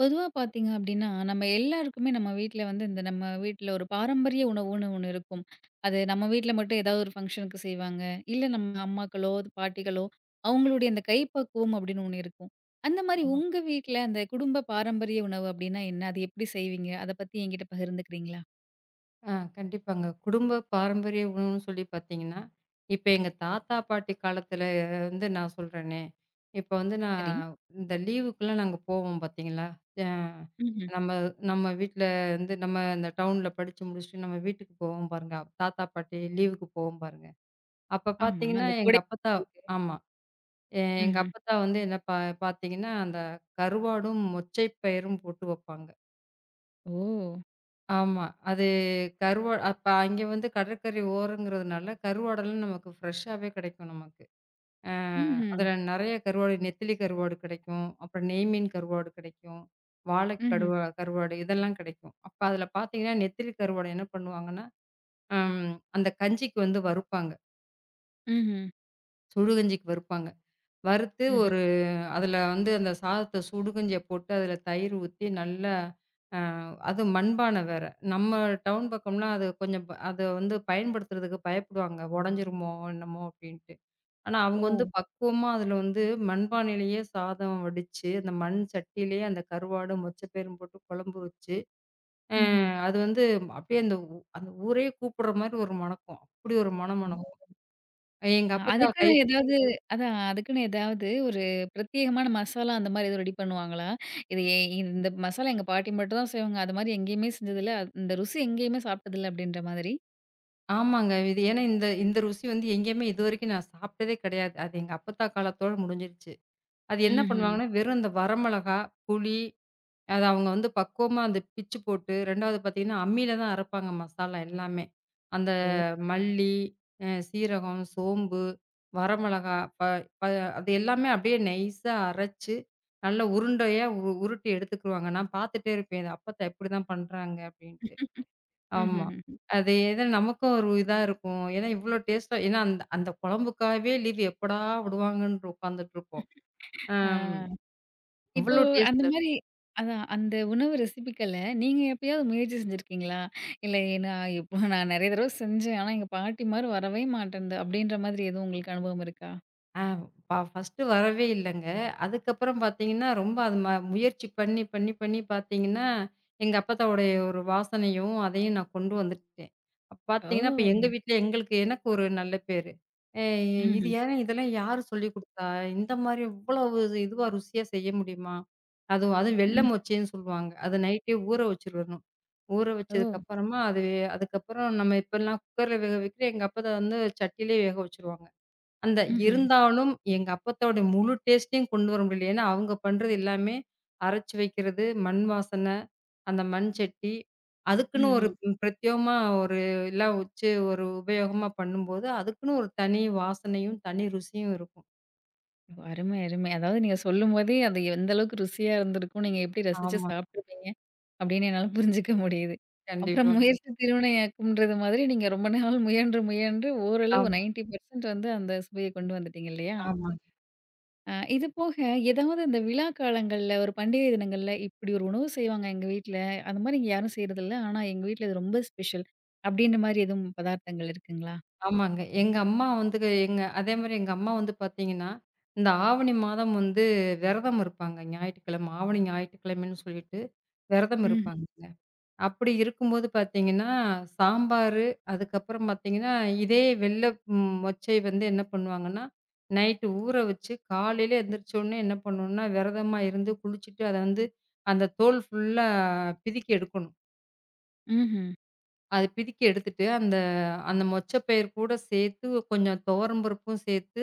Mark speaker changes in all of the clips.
Speaker 1: பொதுவா பார்த்தீங்க அப்டின்னா, நம்ம எல்லாருக்குமே நம்ம வீட்ல வந்து இந்த நம்ம வீட்ல ஒரு பாரம்பரிய உணவுன்னு ஒண்ணு இருக்கும். அது நம்ம வீட்ல மட்டும் ஏதாவது ஒரு ஃபங்ஷனுக்கு செய்வாங்க. இல்ல நம்ம அம்மாக்களோ, அது பாட்டிகளோ அவங்களுடைய அந்த கைப்பக்குவம் அப்டின்னு ஒண்ணு இருக்கும். அந்த மாரி
Speaker 2: ஆமா.
Speaker 1: உங்க வீட்ல அந்த குடும்ப பாரம்பரிய உணவு அப்டின்னா என்ன? அது எப்டி செய்வீங்க? அத பத்தி என்கிட்ட பகிர்ந்துக்கிறீங்களா?
Speaker 2: ஆ கண்டிப்பாங்க. குடும்ப பாரம்பரிய உணவுன்னு சொல்லி பார்த்தீங்கன்னா, இப்ப எங்க தாத்தா, பாட்டி காலத்துல வந்து நான் சொல்றேனே, இப்ப வந்து நான்
Speaker 1: சரி.
Speaker 2: இந்த லீவுக்குலாம் நாங்க போவோம் பார்த்தீங்களா? அ
Speaker 1: ம்ஹ்ம்.
Speaker 2: நம்ம நம்ம வீட்ல வந்து நம்ம இந்த டவுன்ல படிச்சு முடிச்சுட்டு நம்ம வீட்டுக்கு போவோம் பாருங்க. தாத்தா, பாட்டி லீவுக்கு போவோம் பாருங்க. அப்ப
Speaker 1: ஆமா.
Speaker 2: பார்த்தீங்கன்னா,
Speaker 1: அந்த
Speaker 2: எங்க
Speaker 1: கோடை
Speaker 2: அப்பத்தா
Speaker 1: பண்டிகை.
Speaker 2: ஆமா. எங்க
Speaker 1: ம்ஹ்ம்.
Speaker 2: அப்பத்தா வந்து என்ன பார்த்தீங்கன்னா, அந்த கருவாடும், மொச்சை பயிரும் போட்டு வப்பாங்க.
Speaker 1: ஓ!
Speaker 2: ஆமா. அது அப்ப அங்க வந்து கடற்கரை ஓரங்கிறதுனால கருவாடெல்லாம் நமக்கு ஃப்ரெஷ்ஷாவே கிடைக்கும் நமக்கு. அ
Speaker 1: ம்ஹ்ம்.
Speaker 2: அதுல நெறைய கருவாடு, நெத்திலி கருவாடு கிடைக்கும். அப்புறம் நெய்மீன் கருவாடு கிடைக்கும். வாளை
Speaker 1: ம்ஹ்ம்.
Speaker 2: கடுவா கருவாடு இதெல்லாம் கிடைக்கும். அப்ப அதுல பார்த்தீங்கன்னா, நெத்திலி கருவாடு என்ன பண்ணுவாங்கன்னா, அம் அந்த கஞ்சிக்கு வந்து வறுப்பாங்க.
Speaker 1: ம்ஹ்ம். ம்ஹ்ம்.
Speaker 2: சுடு கஞ்சிக்கு வறுப்பாங்க. வறுத்து
Speaker 1: ம்ஹ்ம்.
Speaker 2: ஒரு அதில வந்து அந்த சாதத்த சுடுகஞ்சிய போட்டு அதில தயிர் ஊத்தி நல்லா அ அதுவும் மண்பானை வேற. நம்ம டவுன் பக்கம்னா அது கொஞ்சம் அத வந்து பயன்படுத்துறதுக்கு பயப்படுவாங்க. உடைஞ்சிருமோ என்னமோ அப்படின்ட்டு. ஆனா
Speaker 1: ஓ!
Speaker 2: அவங்க வந்து பக்குவமா அதில வந்து மண்பானையிலேயே சாதம் வடிச்சு, அந்த மண் சட்டியிலேயே அந்த கருவாடு, மொச்சப்பயிரும் போட்டு குழம்பு வச்சு, அ
Speaker 1: ம்ஹ்ம்.
Speaker 2: அது வந்து அப்படியே அந்த அந்த ஊரே கூப்பிடுற மாரி ஒரு மணக்கும். அப்படி ஒரு மணம்
Speaker 1: ஓ!
Speaker 2: மணக்கும். எங்க
Speaker 1: அ
Speaker 2: அப்பத்தா கை
Speaker 1: அதுக்குன்னு ஏதாவது அதான் அதுக்குன்னு ஏதாவது ஒரு பிரத்யேகமான மசாலா அந்த மாரி எதுவும் ரெடி பண்ணுவாங்களா? இது எ இந்த மசாலா எங்க பாட்டி மட்டும் தான் செய்வாங்க. அது மாரி எங்கேயுமே செஞ்சதில்ல. இந்த ருசி எங்கேயுமே சாப்பிட்டதில்ல அப்படின்ற மாதிரி?
Speaker 2: ஆமாங்க. இது ஏன்னா இந்த இந்த ருசி வந்து எங்கேயுமே இதுவரைக்கும் நான் சாப்பிட்டதே கிடையாது. அது எங்க அப்பத்தா காலத்தோட முடிஞ்சிருச்சு. அது என்ன
Speaker 1: ம்ஹ்ம்.
Speaker 2: பண்ணுவாங்கன்னா, வெறும் இந்த வரமிளகா, புளி அத அவங்க வந்து பக்குவமா அந்த பிச்சு போட்டு 2வது பார்த்தீங்கன்னா, அம்மில தான் அரைப்பாங்க மசாலா எல்லாமே. அந்த
Speaker 1: ஓ!
Speaker 2: மல்லி, சீரகம், சோம்பு, வரமிளகா ப ப அது எல்லாமே அப்படியே நைஸா அரைச்சு, நல்ல உருண்டையா உருட்டி எடுத்துக்குருவாங்க. நான் பார்த்துட்டே இருப்பேன். இது அப்பத்தா இப்படிதான் பண்றாங்க அப்படின்ட்டு. ஆமா.
Speaker 1: ம்ஹ்ஹ்ம்.
Speaker 2: அது ஏதோ நமக்கும் ஒரு இதா இருக்கும். ஏன்னா இவ்ளோ டேஸ்ட்டா ஏன்னா அந்த அந்த குழம்புக்காகவே லீவ் எப்படா விடுவாங்கன்னு உட்கார்ந்துட்டு இருப்போம். அம்
Speaker 1: ஆ. இப்போ
Speaker 2: அவ்ளோ
Speaker 1: அந்த
Speaker 2: டேஸ்ட்ல
Speaker 1: மாரி அதான் அந்த உணவு ரெசிபிக்கள நீங்க எப்பயாவது முயற்சி செஞ்சிருக்கீங்களா? இல்ல நான் இப்போ நெறைய தடவ செஞ்சேன். ஆனா எங்க பாட்டி மாரி வரவே மாட்டேன்து அப்படின்ற மாதிரி எதுவும் உங்களுக்கு அனுபவம் இருக்கா?
Speaker 2: ஆ ஃபர்ஸ்ட்டு வரவே இல்லங்க. அதுக்கப்புறம் பார்த்தீங்கன்னா, ரொம்ப அது முயற்சி பண்ணி, பண்ணி, பண்ணி பார்த்தீங்கன்னா, எங்க அப்பத்தாவுடைய ஒரு வாசனையும், அதையும் நான் கொண்டு வந்துட்டேன். அப்ப பார்த்தீங்கன்னா, இப்ப எங்க
Speaker 1: ஓ!
Speaker 2: வீட்ல எங்களுக்கு எனக்கு ஒரு நல்ல பேரு. "ஏ இது
Speaker 1: ம்ஹ்ம்.
Speaker 2: யாரு இதெல்லாம் யாரு சொல்லிக் குடுத்தா? இந்த மாரி இவ்வளவு இதுவா ருசியா செய்ய முடியுமா?" அதுவும் அதுவும் வெள்ள
Speaker 1: ம்.
Speaker 2: மொச்சைன்னு சொல்லுவாங்க. அத நைட்டே ஊற வச்சுறணும். ஊற
Speaker 1: ஓ!
Speaker 2: வச்சதுக்கப்புறமா அது அதுக்கப்புறம் நம்ம இப்பலாம் குக்கர்ல வேக வைக்கிறோம். எங்க அப்பத்தா வந்து சட்டியிலே வேக வச்சுருவாங்க. அந்த
Speaker 1: ம்ஹ்ம்.
Speaker 2: இருந்தாலும் எங்க அப்பத்தோட முழு டேஸ்ட்டையும் கொண்டு வர முடியல. ஏன்னா, அவங்க பண்றது எல்லாமே அரைச்சு வைக்கிறது, மண் வாசனை, அந்த மண் சட்டி. அதுக்குன்னு ஒரு
Speaker 1: ம்ஹ்ம்.
Speaker 2: பிரத்யேகமா ஒரு எல்லாம் வச்சு ஒரு உபயோகமா பண்ணும்போது, அதுக்குன்னு ஒரு தனி வாசனையும், தனி ருசியும் இருக்கும்.
Speaker 1: ஓ! அருமை, அருமை. அதாவது நீங்க சொல்லும்போதே, அது எந்த அளவுக்கு ருசியா இருந்திருக்கும், நீங்க எப்படி ரசிச்சு
Speaker 2: ஆமா.
Speaker 1: சாப்பிட்டுருப்பீங்க, அப்படின்னு என்னால புரிஞ்சுக்க முடியுது. அப்புறம்
Speaker 2: கண்டிப்பாங்க.
Speaker 1: முயற்சி திருவினை யாக்கும்ன்றது மாதிரி நீங்க ரொம்ப நாள் முயன்று, முயன்று ஓரளவு
Speaker 2: ஆமா,
Speaker 1: 90% வந்து அந்த சுவைய கொண்டு வந்துட்டீங்க இல்லையா?
Speaker 2: ஆமாங்க,
Speaker 1: இது போக ஏதாவது இந்த விழா காலங்கள்ல, ஒரு பண்டிகை தினங்கள்ல, "இப்படி ஒரு உணவு செய்வாங்க எங்க வீட்ல. அந்த மாரி இங்க யாரும் செய்றதில்ல. ஆனா எங்க வீட்ல இது ரொம்ப ஸ்பெஷல்." அப்படின்ற மாரி எதுவும் பதார்த்தங்கள் இருக்குங்களா?
Speaker 2: ஆமாங்க. எங்க அம்மா வந்து எங்க அதேமாரி எங்க அம்மா வந்து பார்த்தீங்கன்னா, இந்த ஆவணி மாதம் வந்து விரதம் இருப்பாங்க. ஞாயிற்றுக்கிழமை, ஆவணி ஞாயிற்றுக்கிழமைன்னு சொல்லிட்டு விரதம்
Speaker 1: ம்ஹ்ம்.
Speaker 2: இருப்பாங்கங்க. அப்படி இருக்கும்போது பார்த்தீங்கன்னா, சாம்பாரு, அதுக்கப்புறம் பார்த்தீங்கன்னா, இதே வெள்ள மொச்சை வந்து என்ன பண்ணுவாங்கன்னா, நைட்டு ஊற வச்சு காலையில எந்திரிச்சோனே என்ன பண்ணணும்னா, விரதமா இருந்து குளிச்சுட்டு, அத வந்து அந்த தோல் ஃபுல்லா பிதுக்கி எடுக்கணும்.
Speaker 1: ம்ஹ்ம்.
Speaker 2: அது பிதுக்கி எடுத்துட்டு, அந்த அந்த மொச்சை பயிர் கூட சேர்த்து கொஞ்சம் துவரம் பருப்பும் சேர்த்து,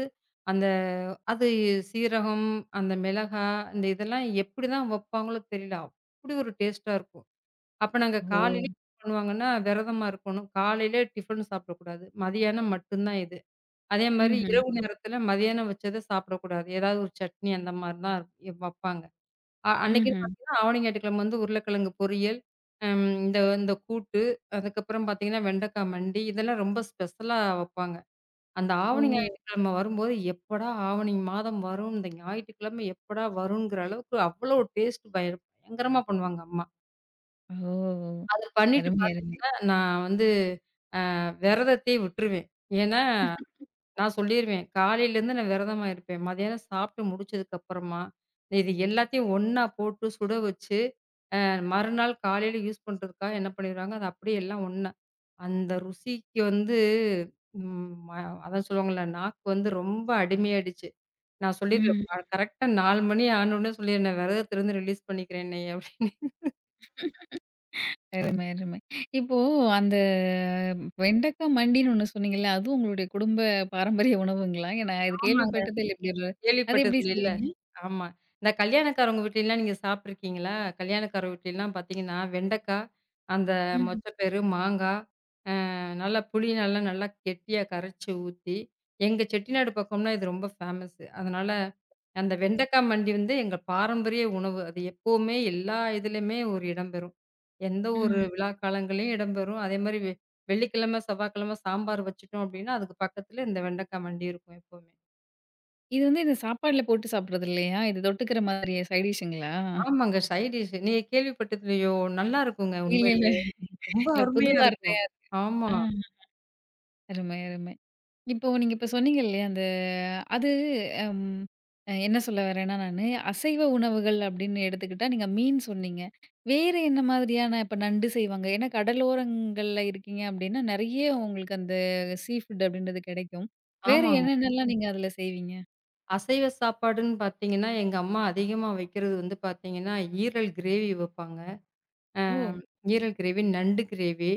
Speaker 2: அந்த அது சீரகம், அந்த மிளகாய், இதெல்லாம் எப்படி தான் வப்பாங்களோ தெரியல. அப்படி ஒரு டேஸ்ட்டா இருக்கும். அப்ப நாங்க
Speaker 1: ஓ!
Speaker 2: காலையில என்ன பண்ணுவாங்கன்னா, விரதமா இருக்கணும். காலையில டிஃபன் சாப்பிடக்கூடாது. மதியானம் மட்டும்தான் இது. அதே மாரி
Speaker 1: ம்ஹ்ம்.
Speaker 2: இரவு நேரத்துல மதியானம் வச்சத சாப்பிடக்கூடாது. ஏதாவது ஒரு சட்னி அந்த மாரி தான் வப்பாங்க. அன்னைக்குன்னு
Speaker 1: ம்ஹ்ம்.
Speaker 2: பார்த்தீங்கன்னா, ஆவணி ஞாயிற்றுக்கிழமை வந்து உருளைக்கிழங்கு பொரியல், இந்த இந்த கூட்டு, அதுக்கப்புறம் பார்த்தீங்கன்னா, வெண்டைக்காய் மண்டி இதெல்லாம் ரொம்ப ஸ்பெஷலா வப்பாங்க. அந்த
Speaker 1: ஓ!
Speaker 2: ஆவணி ஞாயிற்றுக்கிழமை வரும்போது, எப்படா ஆவணி மாதம் வரும்? இந்த ஞாயிற்றுக்கிழமை எப்படா வருங்கிற அளவுக்கு அவ்வளோ டேஸ்ட் பயங்கரமா பண்ணுவாங்க அம்மா.
Speaker 1: ஓ!
Speaker 2: அத பண்ணிட்டு
Speaker 1: அருமை, அருமை.
Speaker 2: பார்த்தீங்கன்னா, நான் வந்து விரதத்தையே விட்டுருவேன். ஏன்னா, நான் சொல்லிருவேன். காலையிலேருந்து நான் விரதமா இருப்பேன். மதியானம் சாப்பிட்டு முடிச்சதுக்கப்புறமா, இது எல்லாத்தையும் ஒண்ணா போட்டு சுட வச்சு, மறுநாள் காலையில யூஸ் பண்றதுக்காக என்ன பண்ணிருவாங்க, அது அப்படியே எல்லாம் ஒண்ணா. அந்த ருசிக்கு வந்து ம் ம- அதான் சொல்லுவாங்கல்ல, நாக்கு வந்து ரொம்ப அடிமையாயிடுச்சு. நான்
Speaker 1: ம்.
Speaker 2: சொல்லிருவேன், கரெக்ட்டா 4 மணி ஆனோனே சொல்லிருவேன், "நான் விரதத்திலருந்து ரிலீஸ் பண்ணிக்கிறேன் என்னைய" அப்படின்னு.
Speaker 1: அருமை, அருமை. இப்போ அந்த வெண்டக்கா மண்டின்னு ஒண்ணு சொன்னீங்கல்ல, அதுவும் உங்களுடைய குடும்ப பாரம்பரிய உணவுங்களா? ஏன்னா இது
Speaker 2: ஆமாங்க,
Speaker 1: கேள்விப்பட்டதே இல்ல இப்டி ஒரு அது எப்டி
Speaker 2: கேள்விப்பட்டது இல்ல.
Speaker 1: செய்வீங்க?
Speaker 2: ஆமா. இந்த கல்யாணக்காரவங்க வீட்லலாம் நீங்க சாப்பிட்டுருக்கீங்களா? கல்யாணக்கார வீட்லலாம் பார்த்தீங்கன்னா, வெண்டைக்கா, அந்த
Speaker 1: ம்ஹ்ம்.
Speaker 2: மொச்சப்பயிறு, மாங்கா, நல்லா புளி நல்லா நல்லா கெட்டியா கரைச்சு ஊத்தி, எங்க செட்டிநாடு பக்கம்னா இது ரொம்ப ஃபேமஸ். அதனால அந்த வெண்டைக்கா மண்டி வந்து எங்க பாரம்பரிய உணவு. அது எப்பவுமே எல்லா இதுலயுமே ஒரு இடம்பெறும். எந்த ஒரு
Speaker 1: ம்ஹ்ம்.
Speaker 2: விழா காலங்கள்லயும் இடம்பெறும். அதேமாரி வெள்ளிக்கிழமை, செவ்வாய்க்கிழமை சாம்பார் வச்சுட்டோம் அப்டின்னா, அதுக்கு பக்கத்துல இந்த வெண்டைக்கா மண்டி இருக்கும் எப்பவுமே.
Speaker 1: இது வந்து இந்த சாப்பாடுல போட்டு சாப்பிடுறது இல்லையா? இது தொட்டுக்கிற மாதிரி சைட் டிஷ்ங்களா?
Speaker 2: ஆமாங்க. சைட் டிஷ் நீங்க கேள்விப்பட்டதில்லையோ? நல்லா இருக்குங்க
Speaker 1: இல்ல, இல்ல.
Speaker 2: உண்மையிலே. ரொம்ப
Speaker 1: இல்ல புது
Speaker 2: அருமையா இருக்கும்.
Speaker 1: வார்த்தையா.
Speaker 2: ஆமா,
Speaker 1: ஆ. அருமை, அருமை. இப்போ நீங்க இப்ப சொன்னீங்க இல்லையா, அந்த அது அம் அ என்ன சொல்ல வரேன்னா நானு, அசைவ உணவுகள் அப்படின்னு எடுத்துக்கிட்டா நீங்க மீன் சொன்னீங்க. வேறு என்ன மாதிரியான இப்ப நண்டு செய்வாங்க. ஏன்னா கடலோரங்கள்ல இருக்கீங்க அப்படின்னா, நெறைய உங்களுக்கு அந்த சீ ஃபுட் அப்படின்றது கெடைக்கும். வேறு
Speaker 2: ஆமாங்க.
Speaker 1: என்னென்னலாம் ம். நீங்க அதுல செய்வீங்க?
Speaker 2: அசைவ சாப்பாடுன்னு பார்த்தீங்கன்னா, எங்க அம்மா அதிகமா வைக்கிறது வந்து பார்த்தீங்கன்னா, ஈரல் கிரேவி வைப்பாங்க.
Speaker 1: ஓ!
Speaker 2: அம் ஈரல் கிரேவி, நண்டு கிரேவி,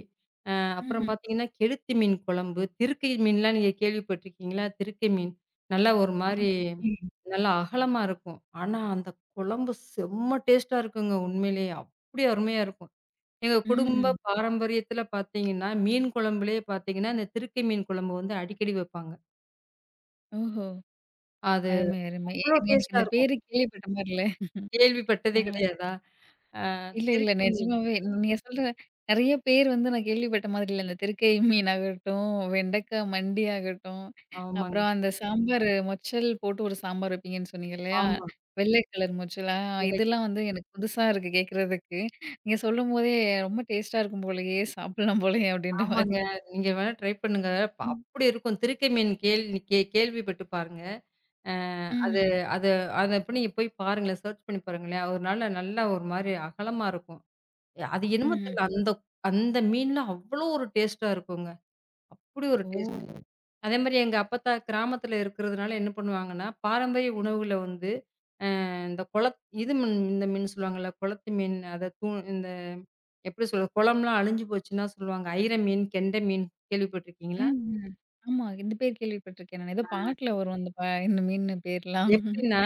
Speaker 2: அப்புறம்
Speaker 1: ம்ஹ்ம்.
Speaker 2: பார்த்தீங்கன்னா, கெளுத்தி மீன் குழம்பு, திருக்கை மீன்லாம் நீங்க கேள்விப்பட்டுருக்கீங்களா? திருக்கை மீன். நல்லா ஒரு மாரி
Speaker 1: இல்லையே. ம்.
Speaker 2: நல்லா அகலமா இருக்கும். ஆனா, அந்த குழம்பு செம்ம டேஸ்ட்டா இருக்குங்க உண்மையிலேயே. அப்படி அருமையா இருக்கும். எங்க
Speaker 1: ம்ஹ்ம்.
Speaker 2: குடும்ப பாரம்பரியத்துல பார்த்தீங்கன்னா, மீன் குழம்புலயே பார்த்தீங்கன்னா, இந்த திருக்கை மீன் குழம்பு வந்து அடிக்கடி வைப்பாங்க.
Speaker 1: ஓஹோ!
Speaker 2: அது
Speaker 1: அருமை, அருமை.
Speaker 2: அவ்ளோ
Speaker 1: எனக்கு
Speaker 2: டேஸ்ட்டா
Speaker 1: இந்த
Speaker 2: இருக்கும்.
Speaker 1: பேரு கேள்விப்பட்ட மாரி இல்ல. ஆ.
Speaker 2: கேள்விப்பட்டதே கிடையாதா? ஆ
Speaker 1: இல்ல, இல்ல.
Speaker 2: திருக்கை மீன்.
Speaker 1: நிஜமாவே நீங்க சொல்ற நெறைய பேர் வந்து நான் கேள்விப்பட்ட மாதிரி இல்ல. இந்த திருக்கை மீன் ஆகட்டும், வெண்டைக்காய் மண்டி ஆகட்டும்,
Speaker 2: ஆமாங்க.
Speaker 1: அப்புறம் அந்த சாம்பார் மொச்சல் போட்டு ஒரு சாம்பார் வைப்பீங்கன்னு சொன்னீங்க இல்லையா?
Speaker 2: ஆமா.
Speaker 1: வெள்ளை கலர் மொச்சல். ஆ.
Speaker 2: இல்லைங்க.
Speaker 1: இதெல்லாம் வந்து எனக்கு புதுசா இருக்கு கேட்கறதுக்கு. நீங்க சொல்லும்போதே ரொம்ப டேஸ்ட்டா இருக்கும் போலயே! சாப்பிடலாம் போலயே! அப்படின்ற
Speaker 2: ஆமாங்க.
Speaker 1: மாதிரி.
Speaker 2: நீங்க வேணா ட்ரை பண்ணுங்க.
Speaker 1: ம்.
Speaker 2: அப்படி இருக்கும். திருக்கை மீன் கேள்விப்பட்டு பாருங்க. அ அது
Speaker 1: ம்ஹ்ம்.
Speaker 2: அது அத அப்ப நீங்க போய் பாருங்களேன். சர்ச் பண்ணி பாருங்களேன். ஒரு நல்ல நல்லா ஒரு மாரி அகலமா இருக்கும். அது என்னமோ தெரியல.
Speaker 1: ம்ஹ்ஹ்ம்.
Speaker 2: அந்த அந்த மீன்ல அவ்வளோ ஒரு டேஸ்ட்டா இருக்குங்க. அப்படி ஒரு
Speaker 1: ஓ!
Speaker 2: டேஸ்ட். அதே மாரி எங்க அப்பத்தா கிராமத்துல இருக்கிறதுனால என்ன பண்ணுவாங்கன்னா, பாரம்பரிய உணவுகள வந்து இந்த இது மீன் இந்த மீன் சொல்லுவாங்கல்ல, குளத்து மீன் அத இந்த எப்படி சொல்றது? குளம்லாம் அழிஞ்சு போச்சுன்னா சொல்லுவாங்க. ஐர மீன், கெண்டை மீன் கேள்விப்பட்டுருக்கீங்களா?
Speaker 1: ம்ஹ்ம். ஆமா. இந்த பேர் கேள்விப்பட்டிருக்கேன். நான் ஏதோ பாட்டுல வரும் அந்த ப இந்த மீன் பேர்லாம்.
Speaker 2: எப்படின்னா,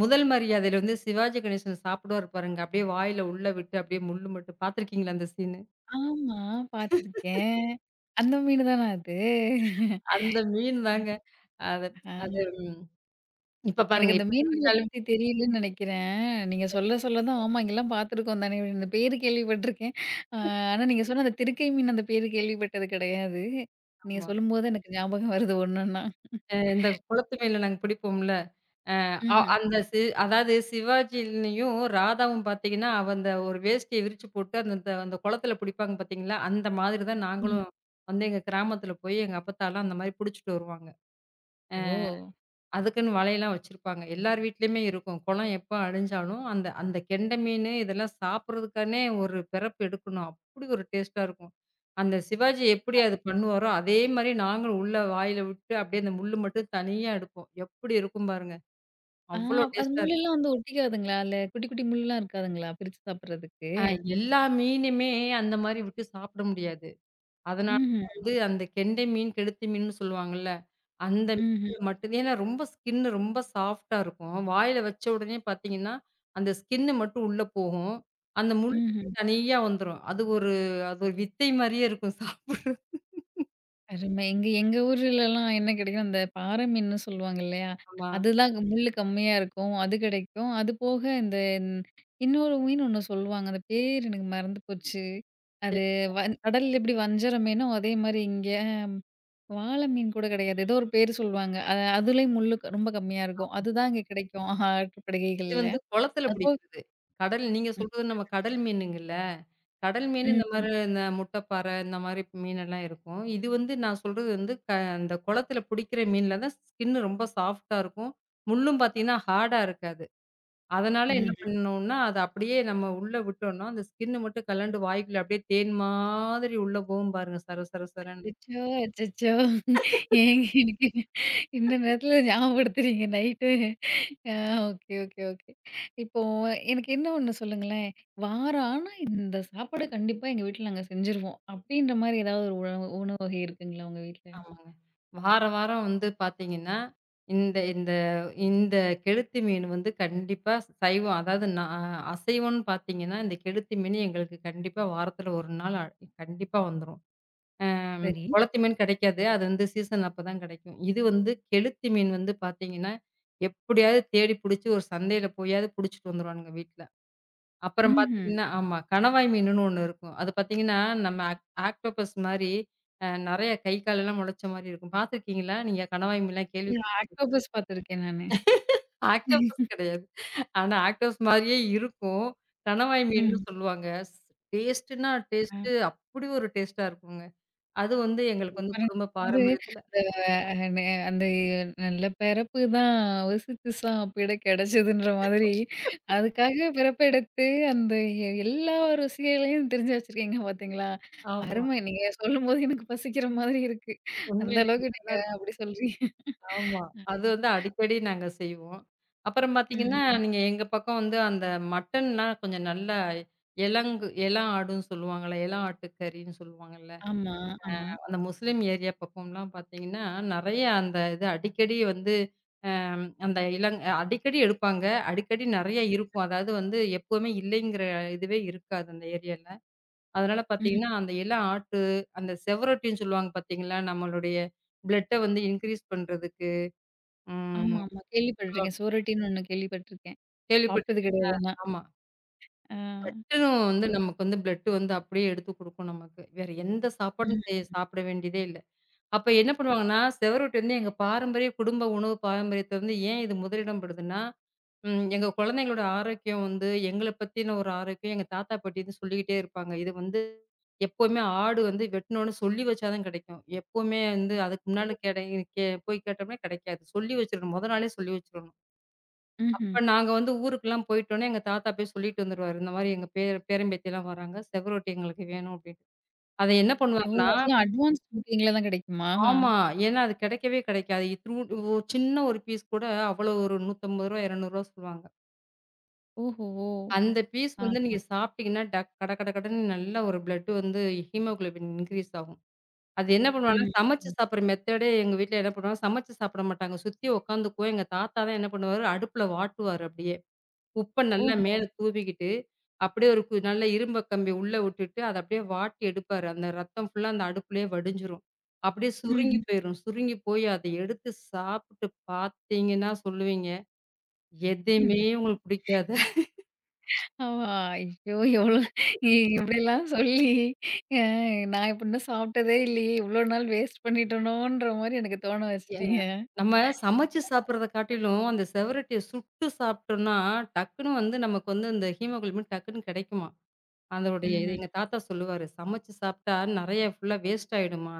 Speaker 2: முதல் மரியாதையில வந்து சிவாஜி கணேசன் சாப்பிடுவாரு பாருங்க. அப்படியே வாயில உள்ள விட்டு அப்படியே முள்ளு மட்டும் பார்த்துருக்கீங்களா அந்த சீனு?
Speaker 1: ஆமா. பார்த்துருக்கேன். அந்த மீனு தானா அது?
Speaker 2: அந்த மீன் தாங்க. அத அது
Speaker 1: ஆ.
Speaker 2: இப்ப பாருங்க.
Speaker 1: எனக்கு அந்த
Speaker 2: இப்ப
Speaker 1: மீன்கள
Speaker 2: நெனச்சாலும்
Speaker 1: பத்தி தெரியலன்னு நெனைக்கிறேன். நீங்க சொல்ல சொல்ல தான் ஆமா இங்கலாம் பார்த்துருக்கோம் தானே! இந்த பேரு கேள்விப்பட்டுருக்கேன். ஆ. ஆனா நீங்க சொன்ன அந்த திருக்கை மீன் அந்த பேரு கேள்விப்பட்டது கிடையாது. நீங்க
Speaker 2: ஆமா.
Speaker 1: சொல்லும்போது எனக்கு ஞாபகம் வருது ஒன்னொன்னா.
Speaker 2: இந்த குளத்து மீன்ல நாங்க பிடிப்போம்ல. அ அ
Speaker 1: ம்ஹ்ம்.
Speaker 2: அந்த அதாவது சிவாஜிலயும் ராதாவும் பாத்தீங்கன்னா, அவ அந்த ஒரு வேஷ்டிய விரிச்சு போட்டு அந்த அந்த அந்த குளத்துல புடிப்பாங்க பாத்தீங்களா, அந்த மாதிரி தான்
Speaker 1: ம்ஹ்ம்.
Speaker 2: நாங்களும் வந்து எங்க கிராமத்துல போய் எங்க அப்பத்தாலாம் அந்த மாரி புடிச்சுட்டு வருவாங்க.
Speaker 1: ஓ!
Speaker 2: அதுக்குன்னு வலையெல்லாம் வச்சிருப்பாங்க. எல்லார் வீட்லயுமே இருக்கும். குளம் எப்ப அழிஞ்சாலும் அந்த அந்த கெண்டை மீனு இதெல்லாம் சாப்பிடுறதுக்கானே ஒரு பிறப்பு எடுக்கணும். அப்படி ஒரு டேஸ்ட்டா இருக்கும். அந்த சிவாஜி எப்படி அது பண்ணுவாரோ, அதே மாரி நாங்களும் உள்ள வாயில விட்டு அப்படியே அந்த முள்ளு மட்டும் தனியா எடுப்போம். எப்படி இருக்கும் பாருங்க.
Speaker 1: ஆ.
Speaker 2: அவ்வளோ
Speaker 1: அது
Speaker 2: டேஸ்ட்டா இருக்கும்.
Speaker 1: முள்ளெல்லாம் வந்து ஒட்டிக்காதுங்களா? அதுல குட்டி குட்டி முள்லாம் இருக்காதுங்களா? பிரிச்சு சாப்பிடுறதுக்கு?
Speaker 2: அ எல்லா மீனுமே அந்த மாரி விட்டு சாப்பிட முடியாது. அதனால
Speaker 1: ம்ஹ்ம்.
Speaker 2: தான் வந்து அந்த கெண்டை மீன், கெளுத்தி மீன்னு சொல்லுவாங்கல்ல. அந்த
Speaker 1: ம்ஹ்ம்.
Speaker 2: மீன்ல மட்டும் ஏன்னா ரொம்ப ஸ்கின்னு ரொம்ப சாஃப்ட்டா இருக்கும். வாயில வச்ச உடனே பார்த்தீங்கன்னா, அந்த ஸ்கின்னு மட்டும் உள்ள போகும். அந்த முள் வந்து
Speaker 1: ம்ஹ்ம்.
Speaker 2: தனியா வந்துரும். அது ஒரு வித்தை மாரியே இருக்கும் சாப்பிடுற
Speaker 1: அருமை. எங்க எங்க ஊர்லலாம் என்ன கிடைக்கும், அந்த பாறை மீன்னு சொல்லுவாங்க இல்லையா?
Speaker 2: ஆமா.
Speaker 1: அதுதான் க- முள்ளு கம்மியா இருக்கும். அது கிடைக்கும். அது போக இந்த இன்- இன்னொரு மீன் ஒண்ணு சொல்லுவாங்க. அது பேர் எனக்கு மறந்து போச்சு. அது வன் கடல்ல எப்படி வஞ்சர மீனோ, அதே மாரி இங்க வாள மீன் கூட கிடையாது. ஏதோ ஒரு பேர் சொல்லுவாங்க. அதுலயும் முள்ளு க- ரொம்ப கம்மியா இருக்கும். அதுதான் இங்க கிடைக்கும் ஆஹா,
Speaker 2: இது
Speaker 1: ஆற்றுப்படுகைகள்ல.
Speaker 2: வந்து குளத்தில
Speaker 1: அப்போ
Speaker 2: பிடிக்கிறது. கடல் நீங்க
Speaker 1: ம்,
Speaker 2: சொல்றது நம்ம கடல் மீனுங்கல்ல. கடல் மீன் ம். இந்த
Speaker 1: ம்,
Speaker 2: மாரி இந்த முட்டைப்பாறை இந்த மாரி மீனெல்லாம் இருக்கும். இது வந்து நான் சொல்றது வந்து அந்த குளத்தில பிடிக்கிற மீன்ல தான் ஸ்கின் ரொம்ப சாஃப்ட்டா இருக்கும். முள்ளும் பார்த்தீங்கன்னா, ஹார்டா இருக்காது. அதனால என்ன
Speaker 1: ம்.
Speaker 2: பண்ணணும்னா, அத அப்படியே நம்ம உள்ள விட்டோம்னா, அந்த ஸ்கின் மட்டும் கழண்டு வாய்க்குள்ள அப்படியே தேன் மாதிரி உள்ள போகும் பாருங்க சர சர சரன்னு.
Speaker 1: அச்சச்சோ! அச்சச்சோ! ஏங்க எனக்கு இந்த நேரத்துல ஞாபகப்படுத்துறீங்க நைட்டு. ஆ. Okay, okay, okay. இப்போ எனக்கு என்ன ஒண்ணு சொல்லுங்களேன். வாரம் ஆனா இந்த சாப்பாடு கண்டிப்பா எங்க வீட்ல நாங்க செஞ்சுருவோம். அப்படின்ற மாரி ஏதாவது ஒரு உணவு உணவு வகை இருக்குங்களா உங்க வீட்ல?
Speaker 2: ஆமாங்க. வார வாரம் வந்து பார்த்தீங்கன்னா, இந்த இந்த இந்த கெளுத்தி மீன் வந்து கண்டிப்பா சைவம் அதாவது நான் அசைவம்ன்னு பார்த்தீங்கன்னா, இந்த கெளுத்தி மீன் எங்களுக்கு கண்டிப்பா வாரத்துல 1 நாள் கண்டிப்பா வந்துரும். அ
Speaker 1: சரி.
Speaker 2: குளத்தி மீன் கிடைக்காது. அது வந்து சீசன் அப்ப தான் கிடைக்கும். இது வந்து கெளுத்தி மீன் வந்து பார்த்தீங்கன்னா, எப்படியாவது தேடி புடிச்சு ஒரு சந்தையில போயாவது புடிச்சுட்டு வந்துருவானுங்க வீட்ல. அப்புறம்
Speaker 1: ம்ஹ்ம்.
Speaker 2: பார்த்தீங்கன்னா ஆமா. கணவாய் மீனுன்னு ஒண்ணு இருக்கும். அது பார்த்தீங்கன்னா, நம்ம ஆக்டோபஸ் மாரி நெறைய கை, காலெல்லாம் முளைச்ச மாரி இருக்கும். பார்த்துருக்கீங்களா? நீங்க கணவாய் மீன்லாம்
Speaker 1: இல்ல
Speaker 2: கேள்விப்பட்
Speaker 1: ஆக்டோபஸ் பார்த்துருக்கேன் நானு.
Speaker 2: ஆக்டோபஸ் கிடையாது. ஆனா, ஆக்டோபஸ் மாரியே இருக்கும். கணவாய் மீன்னு
Speaker 1: ம்.
Speaker 2: சொல்லுவாங்க. டேஸ்ட்டுன்னா
Speaker 1: ஆ.
Speaker 2: டேஸ்ட்டு அப்படி ஒரு டேஸ்ட்டா இருக்குங்க. அது வந்து எங்களுக்கு வந்து குடும்ப
Speaker 1: அது
Speaker 2: பாரம்பரியத்துல
Speaker 1: அஹ நே அந்த நல்ல பிறப்பு தான் "வசித்துசாம் பிட கிடைச்சதுன்ற" மாதிரி அதுக்காக பிறப்பெடுத்து அந்த எல்லா ருசிகளையும் தெரிஞ்சு வச்சிருக்கீங்க பார்த்தீங்களா?
Speaker 2: ஆமா.
Speaker 1: அருமை. நீங்க சொல்லும்போது எனக்கு பசிக்கிற மாதிரி இருக்கு. அந்த
Speaker 2: உண்மையிலேங்க
Speaker 1: அளவுக்கு நீங்க
Speaker 2: நல்லாருக்கும்.
Speaker 1: அப்படி சொல்றீங்க.
Speaker 2: ஆமா. அது வந்து அடிக்கடி நாங்க செய்வோம். அப்புறம் ம். பார்த்தீங்கன்னா,
Speaker 1: ம்ஹ்ம்.
Speaker 2: நீங்க எங்க பக்கம் வந்து அந்த மட்டன்லாம் கொஞ்சம் நல்லா எலங்கு எலா ஆடுன்னு சொல்லுவாங்கல்ல, எலா ஆட்டுக்கறின்னு சொல்லுவாங்கல்ல.
Speaker 1: ஆமா, ஆமா.
Speaker 2: அந்த முஸ்லீம் ஏரியா பக்கம்லாம் பார்த்தீங்கன்னா, நெறைய அந்த இது அடிக்கடி வந்து அந்த அடிக்கடி எடுப்பாங்க. அடிக்கடி நெறைய இருக்கும். அதாவது வந்து எப்பவுமே இல்லைங்கிற இதுவே இருக்காது அந்த ஏரியால. அதனால
Speaker 1: ம்ஹ்ம்.
Speaker 2: பார்த்தீங்கன்னா, அந்த எலா ஆட்டு, அந்த செவரொட்டின்னு சொல்லுவாங்க பார்த்தீங்களா? நம்மளுடைய பிளட்ட வந்து இன்கிரீஸ் பண்றதுக்கு. ம்.
Speaker 1: ஆமா, ஆமா. கேள்விப்பட்டுருக்கேன். சோரட்டின்னு ஒண்ணு கேள்விப்பட்டுருக்கேன். சாப்பிட்டது
Speaker 2: கேள்விப்பட்டுருக்கீங்களா?
Speaker 1: கிடையாது ஆனா.
Speaker 2: ஆமா.
Speaker 1: ஆ.
Speaker 2: சட்டுன்னு வந்து
Speaker 1: சூப்.
Speaker 2: நமக்கு வந்து பிளட் வந்து அப்படியே எடுத்து குடுக்கும் நமக்கு. வேற எந்த
Speaker 1: ம்.
Speaker 2: சாப்பாடும் செய் சாப்பிட வேண்டியதே இல்ல. அப்ப என்ன பண்ணுவாங்கன்னா, செவரொட்டி வந்து எங்க பாரம்பரிய குடும்ப உணவு பாரம்பரியத்த வந்து ஏன் இது முதலிடம் பெறுதுன்னா, எங்க குழந்தைங்களோட ஆரோக்கியம் வந்து எங்கள பத்தின ஒரு ஆரோக்கியம் எங்க தாத்தா, பாட்டி வந்து சொல்லிக்கிட்டே இருப்பாங்க. இது வந்து எப்பவுமே ஆடு வந்து வெட்டணும்னு சொல்லி வச்சா தான் கிடைக்கும். எப்பவுமே வந்து அதுக்கு முன்னால கெடை கே போய் கேட்டோம்னா கிடைக்காது. சொல்லி வச்சுரணும். மொத நாளே சொல்லி வச்சுரணும்.
Speaker 1: ம்ஹ்ம்.
Speaker 2: அப்ப நாங்க வந்து ஊருக்குலாம் போயிட்டோனே, எங்க தாத்தா போய் சொல்லிட்டு வந்துருவாரு. இந்த மாரி எங்க பேர பேரன் பேத்திலாம் வராங்க. செவரொட்டி எங்களுக்கு வேணும் அப்டின்னு. அத என்ன
Speaker 1: ஓ!
Speaker 2: பண்ணுவாருன்னா
Speaker 1: அதெல்லாம் அட்வான்ஸ் புக்கிங்ல தான் கிடைக்குமா?
Speaker 2: ஆமா. ஏன்னா அது கெடைக்கவே கெடைக்காது. இத்துனூண்டு ஒரு சின்ன ஒரு பீஸ் கூட அவ்வளோ ஒரு ரூ. 150, ரூ. 200 சொல்லுவாங்க.
Speaker 1: ஓஹோ! ஓ.
Speaker 2: அந்த பீஸ்
Speaker 1: ஆ.
Speaker 2: வந்து நீங்க சாப்பிட்டீங்கன்னா, டக் கட கட கடன்னு நல்லா ஒரு பிளட் வந்து ஹீமோகுளோபின் இன்கிரீஸ் ஆகும். அது என்ன பண்ணுவாங்கன்னா,
Speaker 1: ம்.
Speaker 2: சமைச்சு
Speaker 1: ம்.
Speaker 2: சாப்பிடுற மெத்தடே எங்க வீட்ல என்ன பண்ணுவாங்க, சமைச்சு சாப்பிட மாட்டாங்க. சுத்தி உக்காந்துக்குவோம். எங்க தாத்தா தான் என்ன பண்ணுவாரு, அடுப்புல வாட்டுவாரு அப்டியே. உப்ப நல்லா
Speaker 1: ஓஹோ!
Speaker 2: மேல தூவிக்கிட்டு, அப்படியே ஒரு நல்ல இரும்ப கம்பி உள்ள விட்டுட்டு, அத அப்படியே வாட்டி எடுப்பாரு. அந்த ரத்தம் ஃபுல்லா அந்த அடுப்புலயே வடிஞ்சிரும். அப்படியே சுருங்கி
Speaker 1: ம்ஹ்ம்.
Speaker 2: போயிரும். சுருங்கி போய் அத எடுத்து சாப்பிட்டு பார்த்தீங்கன்னா சொல்லுவீங்க, எதையுமே
Speaker 1: ம்.
Speaker 2: உங்களுக்கு பிடிக்காது.
Speaker 1: ஓ! ஐயோ! எவ்ளோ இப்படிலாம் சொல்லி அ நான் இப்ப இன்னும் சாப்பிட்டதே இல்லையே! இவ்ளோ நாள் வேஸ்ட் பண்ணிட்டோனோன்ற மாரி எனக்கு தோண
Speaker 2: ஏ
Speaker 1: வச்சுட்டீங்க.
Speaker 2: நம்ம சமைச்சு சாப்பிடுறத காட்டிலும், அந்த செவரட்டிய சுட்டு சாப்பிட்டோம்னா, டக்குனு வந்து நமக்கு வந்து இந்த ஹீமோகுளோபின் டக்குன்னு கிடைக்குமாம். அதோடைய இது
Speaker 1: ம்ஹ்ம்.
Speaker 2: எங்க தாத்தா சொல்லுவாரு, "சமைச்சு சாப்பிட்டா நெறைய ஃபுல்லா வேஸ்ட் ஆயிடுமா."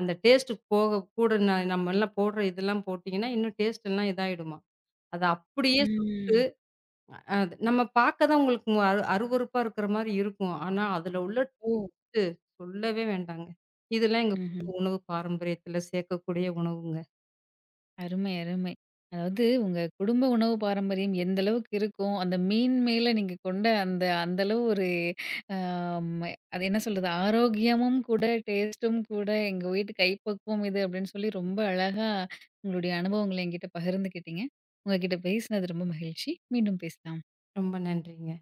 Speaker 2: அந்த டேஸ்ட் போக கூட நம்ம எல்லாம் போடுற இதெல்லாம் போட்டீங்கன்னா, இன்னும் டேஸ்ட் எல்லாம் இதாயிடுமாம். அத அப்படியே சுட்டு
Speaker 1: ம்.
Speaker 2: அது நம்ம பார்க்க தான் உங்களுக்கு மு அரு அருவருப்பா இருக்கிற மாரி இருக்கும். ஆனா, அதுல உள்ள
Speaker 1: ஓ!
Speaker 2: ட்டு சொல்லவே வேண்டாங்க. இதெல்லாம் எங்க
Speaker 1: ம்ஹ்ம்.
Speaker 2: குடும்ப உணவு பாரம்பரியத்துல சேர்க்கக்கூடிய உணவுங்க.
Speaker 1: அருமை, அருமை. அதாவது உங்க குடும்ப உணவு பாரம்பரியம் எந்த அளவுக்கு இருக்கும், அந்த மீன் மேல நீங்க கொண்ட அந்த அந்த அளவு ஒரு ஆம் அது என்ன சொல்றது, ஆரோக்கியமும் கூட, டேஸ்ட்டும் கூட, எங்க வீட்டு கைப்பக்குவம் இது அப்படின்னு சொல்லி ரொம்ப அழகா உங்களுடைய அனுபவங்கள என்கிட்ட பகிர்ந்துக்கிட்டீங்க. உங்ககிட்ட பேசினது ரொம்ப மகிழ்ச்சி. மீண்டும் பேசலாம்.
Speaker 2: ரொம்ப நன்றிங்க.